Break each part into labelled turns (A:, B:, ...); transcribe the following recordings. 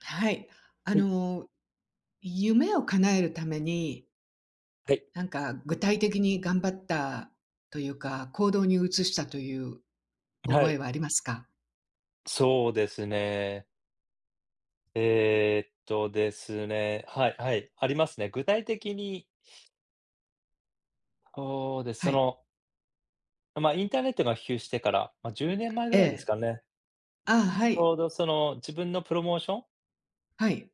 A: はい。あ
B: はい、
A: の、夢を叶えるために、
B: はい、
A: なんか具体的に頑張ったというか、行動に移したという
B: は
A: 覚え
B: い、
A: はありますか？
B: そうですね。ですね、はい、はい、ありますね。具体的に、そうです、
A: は
B: そ
A: い。
B: の、まあ、インターネットが普及してから、まあ、10年前ぐ
A: え
B: らいです
A: え。
B: かね。
A: ああ、は
B: ち
A: い。
B: ょうどその自分のプロモーション、
A: はい。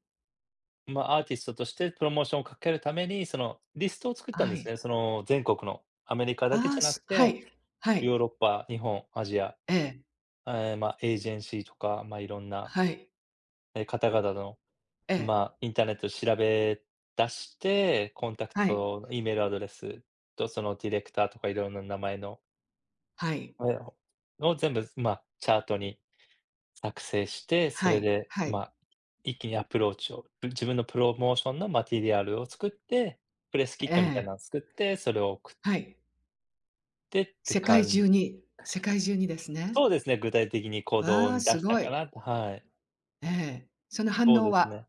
B: まあ、アーティストとしてプロモーションをかけるために、そのリストを作ったん
A: は
B: です
A: い。
B: ね。その全国のアメリカだけ
A: あ
B: じ
A: あ、
B: ゃなく
A: すは
B: て、
A: い。は
B: ヨ
A: い。
B: ーロッパ、日本、アジア、
A: ええ。
B: まあ、エージェンシーとか、まあ、いろんな
A: はい。
B: 方々の、
A: え
B: ま
A: え。
B: あ、インターネットで調べ出して、コンタク
A: はい。
B: ト、E メールアドレスとそのディレクターとかいろんな名前の、
A: はい。
B: あれを全部、まあ、チャートに作成して、そ
A: は
B: れ
A: い。
B: で、
A: は
B: ま
A: い。
B: あ、一気にアプローチを、自分のプロモーションのマテリアルを作って、プレスキッ
A: え
B: トみたいなの
A: え。
B: を作って、それを送っ
A: はい。
B: てって
A: 世界
B: 感じ。
A: 中に世界中にですね。
B: そうですね、具体的に行動
A: わあ、
B: に出
A: す
B: した
A: ご
B: か
A: い。
B: なと。はい、
A: ええ。その反
B: そう
A: 応
B: です
A: は？
B: ね。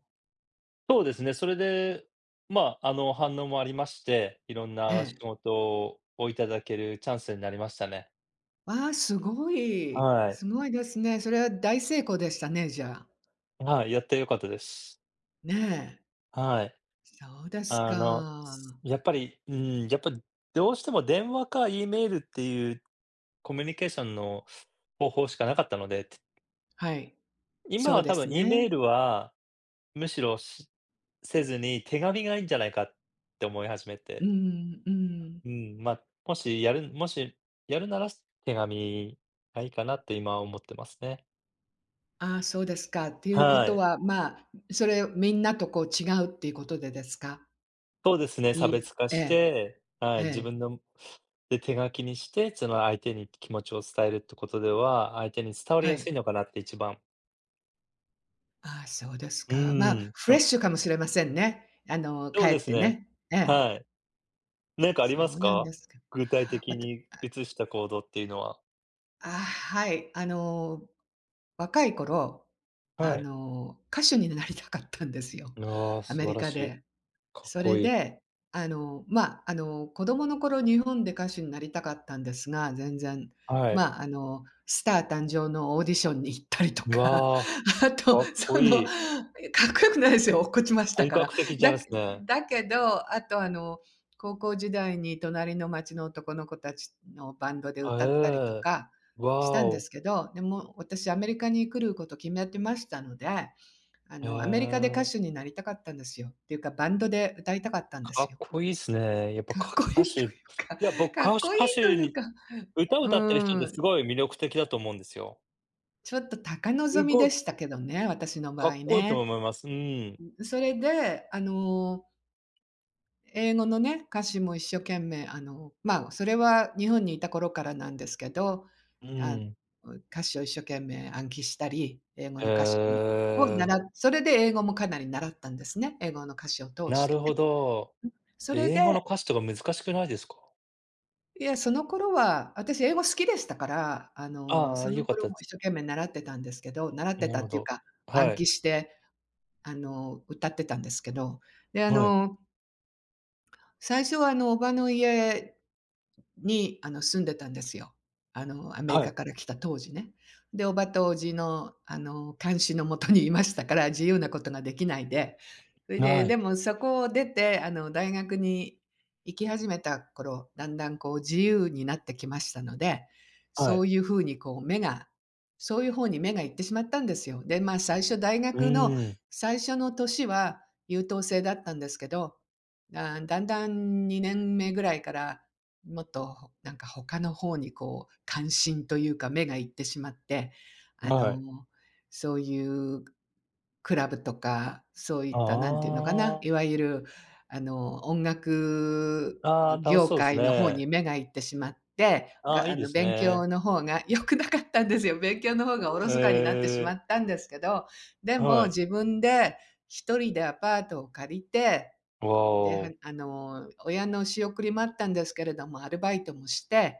B: そうですね。それで、まあ、あの、反応もありまして、いろん
A: え
B: な仕
A: え。
B: 事をいただけるチャンスになりましたね。
A: わあ、すごい。
B: は
A: す
B: い。
A: ごいですね。それは大成功でしたね、じゃあ。
B: はい、やってよかったです。
A: ねえ。
B: はい。
A: そうです
B: あの、
A: か。
B: やっぱり、うん、やっぱりどうしても電話か E メールっていうコミュニケーションの方法しかなかったので、
A: はい。
B: 今
A: そう
B: は
A: で
B: 多
A: す
B: 分 E メ
A: ね。
B: ールはむしろせずに手紙がいいんじゃないかって思い始め
A: う
B: て。
A: ん、うん。
B: うん、まあ、もしやるなら、手紙がいいかなと今は思ってますね。
A: ああ、そうですか。っていうこ
B: は
A: と
B: い。
A: は、まあ、それみんなとこう違うっていうことでですか？
B: そうですね、差別化
A: え
B: し
A: え、
B: て、は
A: え
B: い、自
A: え、
B: 分ので、手書きにして、その相手に気持ちを伝えるってことでは、相手に伝わり
A: は
B: やすい
A: い。
B: のかなって一番。
A: ああ、そうです
B: う
A: か。まあ、
B: ーん、
A: フレッシュかもしれませんね。帰
B: そうで
A: っ
B: す
A: て
B: ね。
A: ね。ええ。
B: はい。なんかありま
A: そ
B: す
A: うなん
B: か？
A: ですか。
B: 具体
A: わ
B: 的
A: た
B: に移した行動っていうのは。
A: ああ、はい。若い頃、
B: はい。
A: 歌手になりたかったんですよ、
B: ああ、
A: アメ
B: 素晴
A: リ
B: ら
A: カ
B: しい。
A: で。
B: かっ
A: そ
B: こ
A: れ
B: いい。
A: で、子供の頃日本で歌手になりたかったんですが、全然、
B: はい。
A: スター誕生のオーディションに行ったりと
B: う
A: か、
B: わあ、
A: あと、
B: かっこいい。
A: かっこよくないですよ、落っこちました
B: 本
A: から。
B: 格的じゃ
A: だ
B: ないすね。
A: だけど、あと、高校時代に隣の町の男の子たちのバンドで歌ったりと
B: は、ええ。
A: かした
B: わ
A: んで
B: お。
A: すけど、でも私アメリカに来ること決めてましたので、
B: へ
A: アメリカで歌
B: え、
A: 手になりたかったんですよ。っていうか、バンドで歌いたかったんで
B: か
A: す
B: っ
A: よ。
B: こいいっすね。やっぱ、
A: かっ
B: か
A: こいいとい
B: 歌
A: う
B: 手い
A: か
B: や、僕、
A: か
B: か
A: っ
B: うし
A: こいい
B: 歌
A: と
B: 手
A: いう
B: に
A: か、う
B: 歌ってる人って
A: ん、
B: すごい魅力的だと思うんですよ。
A: ちょっと高
B: す
A: 望み
B: ご
A: で
B: い
A: したけどね、私の場
B: かっ
A: 合
B: こいいと
A: ね。
B: 思います。うん。
A: それで、英語のね、歌詞も一生懸命、それは日本にいた頃からなんですけど、
B: う
A: あ
B: ん。
A: 歌詞を一生懸命暗記したり、英語の歌詞
B: へ
A: を
B: え、
A: 習、それで英語もかなり習ったんですね、英語の歌詞を通し
B: な
A: て
B: る
A: ね。
B: ほど。
A: それで、
B: 英語の歌詞とか難しくないですか？
A: いや、その頃は、私英語好きでしたから、
B: あ
A: そ
B: あ、
A: の
B: 良かっ
A: 頃
B: た
A: も
B: で
A: 一
B: す。
A: 生懸命習ってたんですけど、習って
B: な
A: た
B: る
A: っ
B: ほ
A: ていう
B: ど。
A: か、暗
B: はい、
A: 記して、歌ってたんですけど、で、
B: はい、
A: 最初は叔母の家に、住んでたんですよ。アメリ
B: は
A: カ
B: い、
A: から来た当時ね。で、叔母と叔父の、監視のもとにいましたから、自由なことができないで。それで、
B: は
A: で
B: い、
A: もそこを出て、大学に行き始めた頃、だんだん、こう、自由になってきましたので、
B: は
A: そう
B: い。
A: いう風に、こう、そういう方に目が行ってしまったんですよ。で、まあ、最初大
B: う
A: 学の
B: ーん、
A: 最初の年は優等生だったんですけど、だんだん2年目ぐらいからもっとなんか他の方にこう関心というか目が行ってしまって、あ
B: はい。
A: の、そういうクラブとか、そういっ
B: あ
A: たなんていうのかな、いわゆる音楽
B: あ、ああ、楽し
A: 業
B: そうです
A: 界の方
B: ね。
A: に目が行ってしまって、
B: ああ、
A: が、
B: い
A: あ
B: いで
A: の
B: す
A: 勉
B: ね。
A: 強の方が良くなかったんですよ。勉強の方がおろ
B: え
A: そかになってしま
B: え、
A: ったんですけど、でも
B: はい。
A: 自分で一人でアパートを借りて、
B: わ
A: で、は
B: あ。
A: あの、親の仕送りもあったんですけれども、アルバイトもして、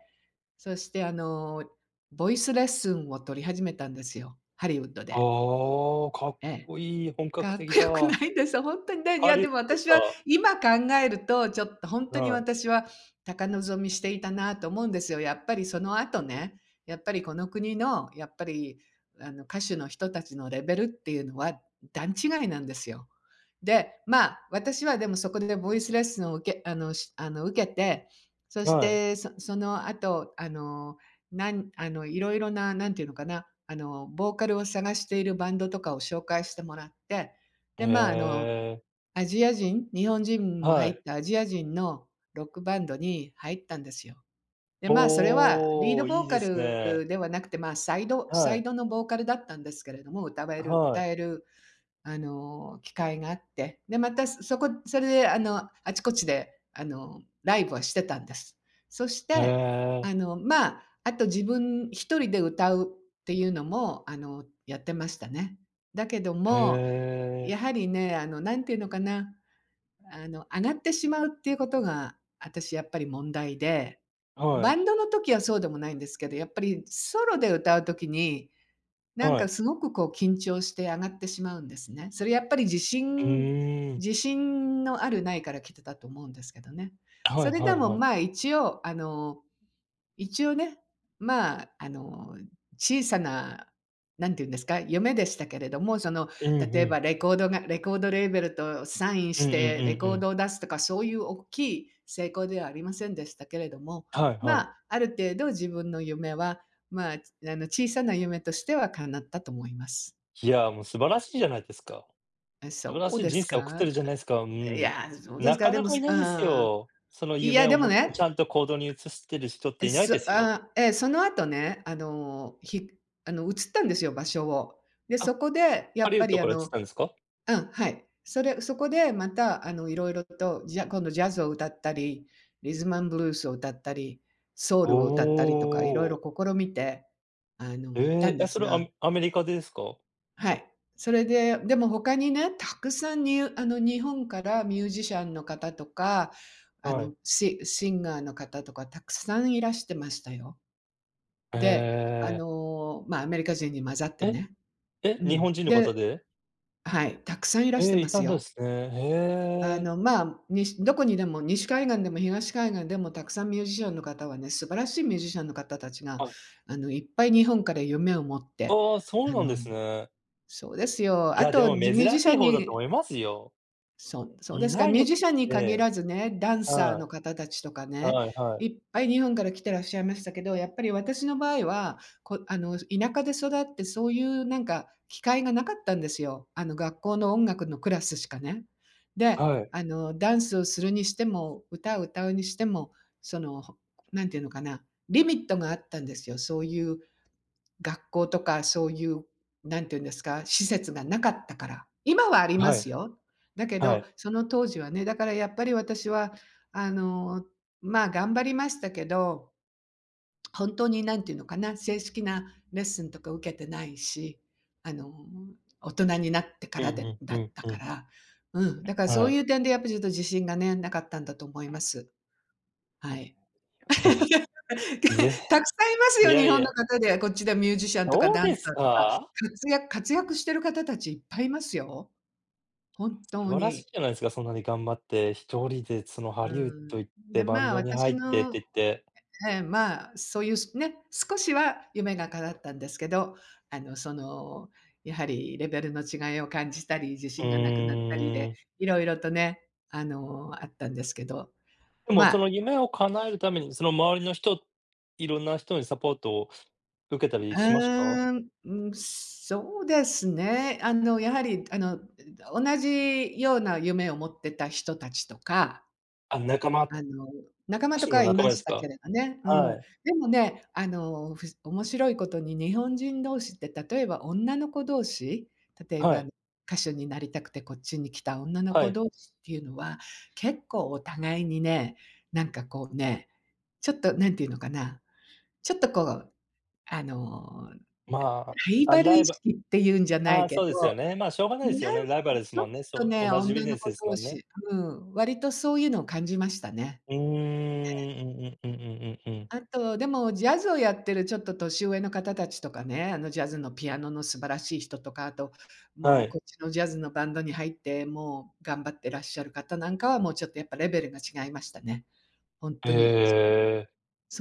A: そしてボイスレッスンを取り始めたんですよ、ハリウッドで。
B: ああ、かっ
A: ええ。
B: こいい、本格
A: かっ
B: 的
A: こ
B: だ。
A: よくないです。本当にね、い
B: ハ
A: や、
B: リウ
A: で
B: ッ
A: も
B: ドです
A: 私
B: か？
A: は今考えると、ちょっと本当に
B: はい。
A: 私は高望みしていたなと思うんですよ。やっぱりその後ね、やっぱりこの国の、やっぱり、歌手の人たちのレベルっていうのは段違いなんですよ。で、まあ、私はでもそこでボイスレッスンを受けあの、しあの、受けて、そし
B: はい。
A: て、その後、あのなんあの、いろいろな、なんていうのかな、ボーカルを探しているバンドとかを紹介してもらって、
B: へ
A: で、まあ、
B: え、
A: アジア人日本人も
B: は
A: 入っ
B: い。
A: たアジア人のロックバンドに入ったんですよ。で、まあ、それはリー
B: お
A: ド
B: お、
A: ボ
B: い
A: ー
B: い
A: カ
B: ですね。
A: ルではなくて、まあ、サイドサ
B: は
A: イ
B: い、
A: ドのボーカルだったんですけれども、歌える
B: は
A: 歌
B: い。
A: える機会があって、で、また、それで、あちこちで、ライブはしてたんです。そし
B: へ
A: て、
B: え、
A: あと自分一人で歌うっていうのも、やってましたね。だけど
B: へ
A: も、
B: え、
A: やはりね、あの、んていうのかな、あの、上がってしまうっていうことが、私やっぱり問題で、
B: は
A: バ
B: い、
A: ンドの時はそうでもないんですけど、やっぱりソロで歌う時になん
B: は
A: か
B: い。
A: すごくこう緊張して上がってしまうんですね。それやっぱり自
B: う
A: 信
B: ーん。
A: 自信のあるないから来てたと思うんですけどね。
B: は
A: そ
B: い
A: れで
B: はい
A: も
B: はい。
A: まあ一応ね、まあ、あの、小さな、なんて言うんですか、夢でしたけれども、その、
B: うん
A: 例
B: う
A: えば
B: ん。
A: レコードレーベルとサイン
B: う
A: し
B: んうんうん
A: て、レ
B: う
A: コー
B: ん。
A: ドを出すとか、そういう大きい成功ではありませんでしたけれども、
B: はいは
A: ま
B: い。
A: あ、ある程度自分の夢は、まあ、小さな夢としては叶ったと思います。
B: いや、もう素晴らしいじゃないですか。
A: え、
B: 素晴
A: そ
B: らし
A: う
B: い
A: です
B: 人生送っ
A: か？
B: てるじゃないですか。う
A: い
B: ん。
A: や、そうです
B: な
A: か、
B: か
A: で
B: な
A: も、
B: かいな
A: う
B: いです
A: ん。
B: よ。その
A: いや、
B: 夢を
A: でも
B: 持ってち
A: ね、
B: ゃんと行動に移してる人っていない
A: そ
B: ですよ。
A: ああ、ええ、その後ね、あの、ひあの、移ったんですよ、場所を。で、
B: あ、
A: そこでや
B: ハ
A: っ
B: リウ
A: ぱ
B: ッ
A: り
B: ドから移ったんですか？
A: うん、はい。そこでまた色々と、じゃ今度ジャズを歌ったり、リズムアンドブルースを歌ったり、ソウ
B: お
A: ルを歌ったりとか色々
B: お。
A: 試みて、
B: え
A: 行った
B: え、
A: ん
B: え、
A: で
B: そ
A: す
B: れは
A: が、
B: アメリカでですか？
A: はい。それで、でも他にね、たくさんにゅあの、日本からミュージシャンの方とか、
B: はい。
A: シンガーの方とかたくさんいらしてましたよ。で、
B: ええ。
A: アメリカ人に混ざって
B: え、
A: ね。
B: え、
A: う
B: 日
A: ん。
B: 本人の方
A: で、
B: で？
A: はい、たくさんいらして
B: ええ、
A: ま
B: い
A: す
B: たんで
A: よ。
B: すね。へえ。
A: どこにでも、西海岸でも東海岸でもたくさんミュージシャンの方はね、素晴らしいミュージシャンの方たちが、
B: はい。
A: いっぱい日本から夢を持って、
B: ああ、そう
A: あ
B: なんで
A: の
B: すね。
A: そうですよ。
B: い
A: あ
B: や、でも
A: と、
B: 珍
A: ミュージ
B: し
A: シャ
B: い
A: ン
B: 方だと
A: に、
B: 思いますよ。
A: そう、そう
B: い
A: ですか。
B: ない
A: ミ
B: で
A: ュージシャンに
B: すっ
A: 限
B: て。
A: らずね、ダンサー
B: は
A: の
B: い、
A: 方たちとかね、
B: はいはい。
A: いっぱい日本から来てらっしゃいましたけど、やっぱり私の場合は、こあの、田舎で育って、そういうなんか機会がなかったんですよ。学校の音楽のクラスしかね。で、
B: はい、
A: ダンスをするにしても、歌を歌うにしても、その、なんていうのかな、リミットがあったんですよ。そういう学校とかそういう、なんて言うんですか、施設がなかったから。今はありま
B: はい、
A: すよ。だけ
B: は
A: ど、
B: い。
A: その当時はね、だからやっぱり私は、あの、頑張りましたけど、本当に何ていうのかな、正式なレッスンとか受けてないし、あの、大人になってか
B: う
A: らで
B: ん
A: だ
B: うんう
A: っ
B: ん
A: た
B: う
A: か
B: ん。
A: ら、うん、だからそ
B: は
A: うい
B: い。
A: う点でやっぱちょっと自信がね、なかったんだと思います。はい。
B: でも、ぜ
A: たくさんいます
B: い
A: よ、
B: や
A: 日
B: い
A: 本の
B: や、
A: 方で。こっちでミュージシャンとか
B: どう
A: ダン
B: です
A: サーとか、
B: か？
A: 活躍してる方たちいっぱいいますよ。本
B: 素
A: 当
B: 晴らし
A: に。
B: いじゃないですか、そんなに頑張って一人でそのハ
A: う
B: リウッ
A: ん。
B: ド行っ
A: で、
B: てバン
A: まあ、
B: ドに入
A: 私
B: ってって
A: の
B: 言って。
A: まあ、そういうね、少しは夢が叶ったんですけど、あの、その、やはりレベルの違いを感じたり、自
B: う
A: 信がなくなったりで、
B: ーん。
A: いろいろとね、あったんですけど、
B: で
A: ま
B: もその
A: あ
B: 夢を叶えるために、その周りの人いろんな人にサポートを受けたりしました？
A: うん、そうですね。やはり、同じような夢を持ってた人たちとか、
B: あ、
A: あの、仲間
B: 歌
A: と
B: 手
A: か
B: の
A: はい
B: 仲
A: ま
B: 間で
A: し
B: す
A: たけ
B: か？
A: れどね。う
B: は
A: ん。
B: い。
A: でもね、面白いことに日本人同士って、例えば女の子同士、例え
B: は
A: ば
B: い。
A: 歌手になりたくてこっちに来た女の
B: は
A: 子
B: い。
A: 同士っていうのは、結構お互いにね、なんかこうね、ちょっとなんていうのかな、ちょっとこう、あの、
B: ま
A: ライ
B: あ、あ、
A: バル
B: ラ
A: 意
B: イバ
A: 識っていうんじゃな
B: あ
A: い
B: あ、
A: け
B: そうですよ
A: ど、
B: ね。まあ、しょうがないで
A: な
B: すよ
A: ん
B: ね。
A: か
B: ライバルです
A: ちょっ
B: もんね。
A: と
B: そう、
A: ね、
B: 同じビジ
A: 女の
B: ネス
A: 子
B: です
A: 同
B: もんね。
A: 士、うん、割とそういうのを感じましたね。
B: うーん、うんうんうんうんうんうん。
A: あと、でもジャズをやってるちょっと年上の方たちとかね、あのジャズのピアノの素晴らしい人とか、あと、
B: は
A: もうこっ
B: い。
A: ちのジャズのバンドに入って、もう頑張ってらっしゃる方なんかは、もうちょっとやっぱレベルが違いましたね。ほんとに、す
B: へえ。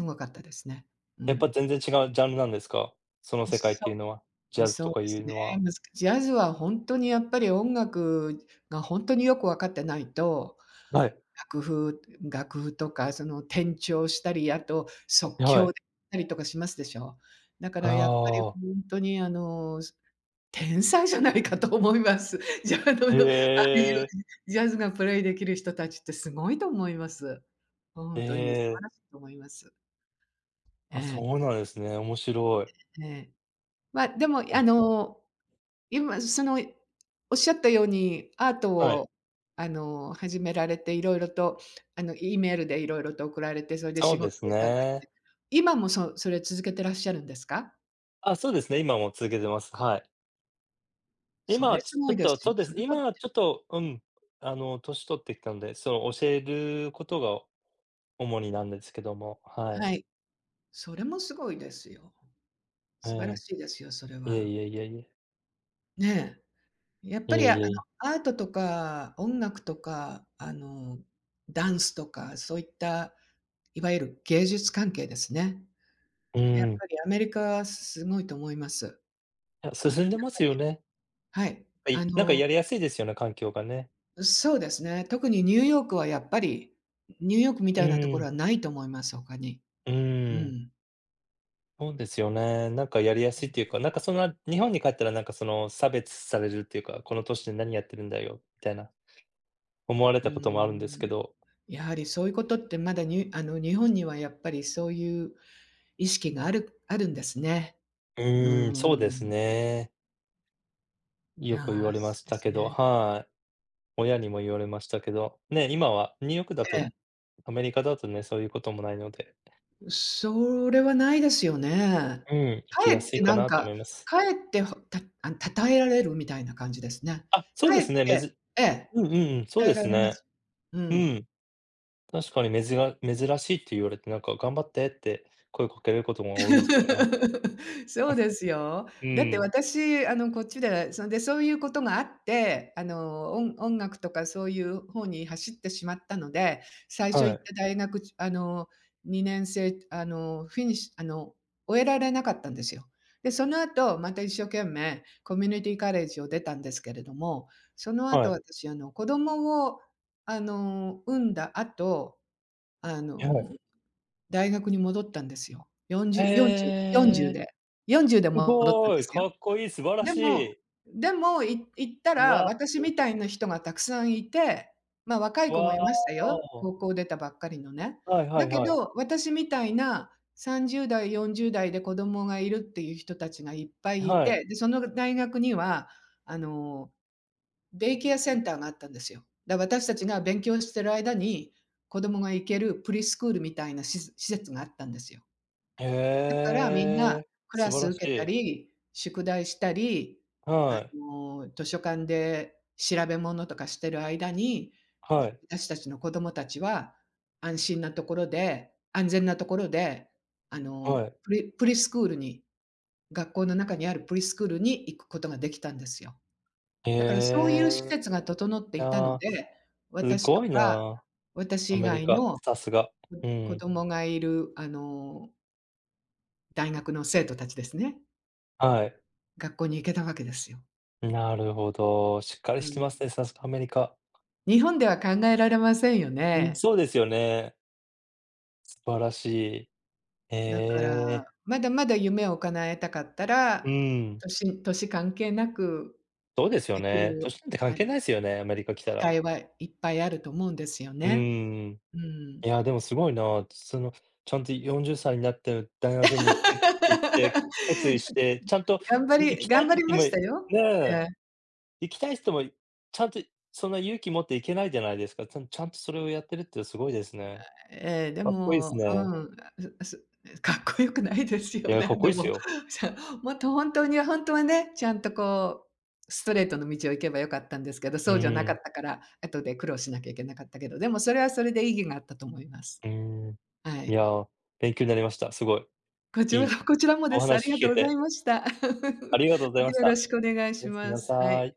A: ごかったですね。う
B: やっぱ
A: ん。
B: 全然違うジャンルなんですか？その世界っていう
A: そ
B: のは、ジ
A: ん、
B: ャズと
A: そう
B: か
A: で
B: い
A: す
B: う
A: ね。
B: のは。
A: むずジャズは本当にやっぱり音楽が本当によく分かってないと、
B: はい、
A: 楽譜楽譜とかその転調したり、あと即
B: は
A: 興
B: い。
A: でたりとかしますでしょ。だからやっぱり
B: ああ、
A: ほんとに天才じゃないかと思います。ジャズ
B: へ
A: のああいう
B: え、
A: ジャズがプレイできる人たちってすごいと思います。ほん
B: え
A: とに素晴
B: え、
A: らしいと思います。え
B: あ、
A: え、
B: そうなんですね。面白い。
A: ええ。ま、でも
B: え、
A: 今、おっしゃったように、アート
B: はい、
A: を、始められて、いろいろと、あの、E メールでいろいろと送られて、それで
B: そ
A: 仕
B: うで
A: 事
B: す
A: をいただいて、
B: ね。
A: 今もそれ続けてらっしゃるんですか？
B: あ、そうですね、今も続けてます。はい。
A: そ
B: 今
A: れ
B: は
A: す
B: ちち
A: ご
B: ょっ
A: いで
B: と、
A: す
B: そ
A: よ。
B: うで
A: そ
B: す、
A: れだって
B: 今はちょっと、うん、あの、年取ってきたので、その教えることが主になんですけども、はい。
A: はい、それもすごいですよ。
B: え
A: 素晴らしいですよ、それ
B: え、いえ
A: は。
B: いえいえいえ。
A: ねえ。やっ
B: い
A: ぱ
B: え
A: り、
B: いえい。
A: アートとか音楽とか、ダンスとか、そういった、いわゆる芸術関係ですね。
B: う
A: やっ
B: ん。
A: ぱりアメリカはすごいと思います。
B: いや、
A: あ、
B: 進んでますよね。
A: はい。
B: は
A: あ
B: い、なんか
A: の、
B: やりやすいですよね、環境がね。
A: そうですね。特にニューヨークはやっぱり、ニューヨークみ
B: う
A: たいなところ
B: ん、
A: はないと思います、他に。
B: う
A: う
B: ん。
A: ん。
B: そうですよね。なんかやりやすいっていうか、なんかそんな日本に帰ったらなんかその差別されるっていうか、この都市で何やってるんだよみたいな思われ
A: うー
B: たこともあるんですけ
A: ん。
B: ど。
A: やはりそういうことってまだに日本にはやっぱりそういう意識があるんですね。
B: う
A: うー
B: ーん、そうです
A: ん。
B: ね。よく言
A: あ
B: わ
A: あ、
B: れま
A: そ
B: し
A: うで
B: た
A: す
B: けど、
A: ね。
B: はい。親にも言われましたけど、ね、今はニューヨークだ
A: え
B: と、
A: え。
B: アメリカだとね、そういうこともないので、
A: それはないですよね。
B: うん、行
A: か
B: き
A: え
B: や
A: っ
B: す
A: て
B: いか
A: なん
B: なと
A: か、
B: 思います。
A: かえって称えられるみたいな感じですね。
B: あ、そう
A: か
B: で
A: えっ
B: すね、め
A: て
B: ず
A: ええ、
B: うんうんうん、そう
A: 称え
B: で
A: ら
B: す
A: れま
B: ね。
A: す。う
B: う
A: ん。
B: ん。確かにめずが珍しいって言われて、なんか「頑張って」って声かけられることも多いですよね。
A: そうですよ。
B: う
A: だって
B: ん。
A: 私、こっちで、そんで、そういうことがあって、音楽とかそういう方に走ってしまったので、最初
B: は
A: 行っ
B: い、
A: た大学、2年生、あの、フィニッシュあの、終えられなかったんですよ。で、その後、また一生懸命コミュニティカレッジを出たんですけれども、その
B: は
A: 後
B: い、
A: 私、子供を、産んだ後、あ
B: いや、は
A: の
B: い。
A: 大学に戻ったんですよ。
B: え
A: 40
B: え、
A: で、40で
B: す
A: 戻ったん
B: ご
A: で
B: い、
A: すよ。
B: かっこいい、素晴ら
A: で
B: し
A: も
B: い。
A: でも、行ったら、
B: わ
A: 私みたいな人がたくさんいて、ま、若い
B: お、
A: 子も
B: わ
A: いましたよ、
B: お。
A: 高校出たばっかりのね。
B: はいは
A: だ
B: い
A: け
B: はい。
A: ど、私みたいな30代、40代で子供がいるっていう人たちがいっぱいい
B: は
A: て、
B: い。
A: で、その大学には、あの、デイケアセンターがあったんですよ。だ、私たちが勉強してる間に、子供が行けるプリスクールみたいなしず施設があったんですよ。
B: へ
A: だからみんな
B: え、
A: ク
B: 素
A: ラ
B: 晴
A: ス
B: らし
A: 受けた
B: い。
A: り、宿題したり、
B: はい、
A: 図書館で調べ物とかしてる間に、
B: はい、
A: 私たちの子供たちは安心なところで、安全なところで、あ
B: は
A: の、
B: い。
A: プリスクールに、学校の中にあるプリスクールに行くことができたんですよ。
B: へ
A: だからそういう施
B: え、
A: 設が
B: い
A: 整
B: い
A: っていたの
B: な、
A: で、
B: す
A: 私と
B: ごい
A: か、
B: な、ア
A: 私以
B: メリ
A: 外
B: カ、
A: の、
B: さすが。う
A: 子
B: ん、
A: 供がいる大学の生徒たちですね。
B: はい。
A: 学校に行けたわけですよ。
B: なるほど。しっか
A: う
B: りして
A: ん。
B: ますね、さすがアメリカ。
A: 日本では考えられませんよ
B: うん、
A: ね。
B: そうですよね。素晴らしい。へ
A: だから、
B: え。
A: まだまだ夢を叶えたかったら、
B: うん。
A: 年関係なく
B: そうですよ
A: でき
B: ね。
A: る、
B: 年なんて関
A: あの、
B: 係ないですよね、アメリカ来た
A: 機
B: ら。
A: 会はいっぱいあると思うんですよ
B: う
A: ね。
B: ーん。
A: うん。
B: いや、でもすごいな。その、ちゃんと40歳になって大学に行くって言って、決意し て、ちゃんと、行きたいっ
A: 頑張
B: て言
A: り
B: って
A: ま
B: も
A: したよ。
B: ね
A: え
B: え、
A: え。
B: 行きたい人も、ちゃんとそんな勇気持って行けないじゃないですか。ちゃんとそれをやってるってすごいですね。
A: ええ、で
B: かっこいいです
A: も、う
B: ね。
A: ん、うすかっこよくないですよ、
B: い や、かっ
A: 何
B: こい
A: 度
B: いです
A: も。
B: よ。
A: さもっと本当に本当はね、ちゃんとこう、ストレートの道を行けばよかったんですけど、
B: う
A: そうじゃなか
B: ーん。
A: ったから、後で苦労しなきゃいけなかったけど、でもそれはそれで意義があったと思います。
B: えん
A: は
B: い
A: い。
B: や、勉強になりました。すごい、
A: こち
B: い
A: ら
B: い
A: こちらもで
B: お
A: す。あり
B: 話
A: が
B: 聞
A: と
B: け
A: うござい
B: て
A: ました。またよ
B: ありがとうございまし
A: ろ
B: た。
A: しくお願い
B: お
A: し
B: やすみ
A: ま
B: な
A: す。は
B: さ
A: い。
B: い。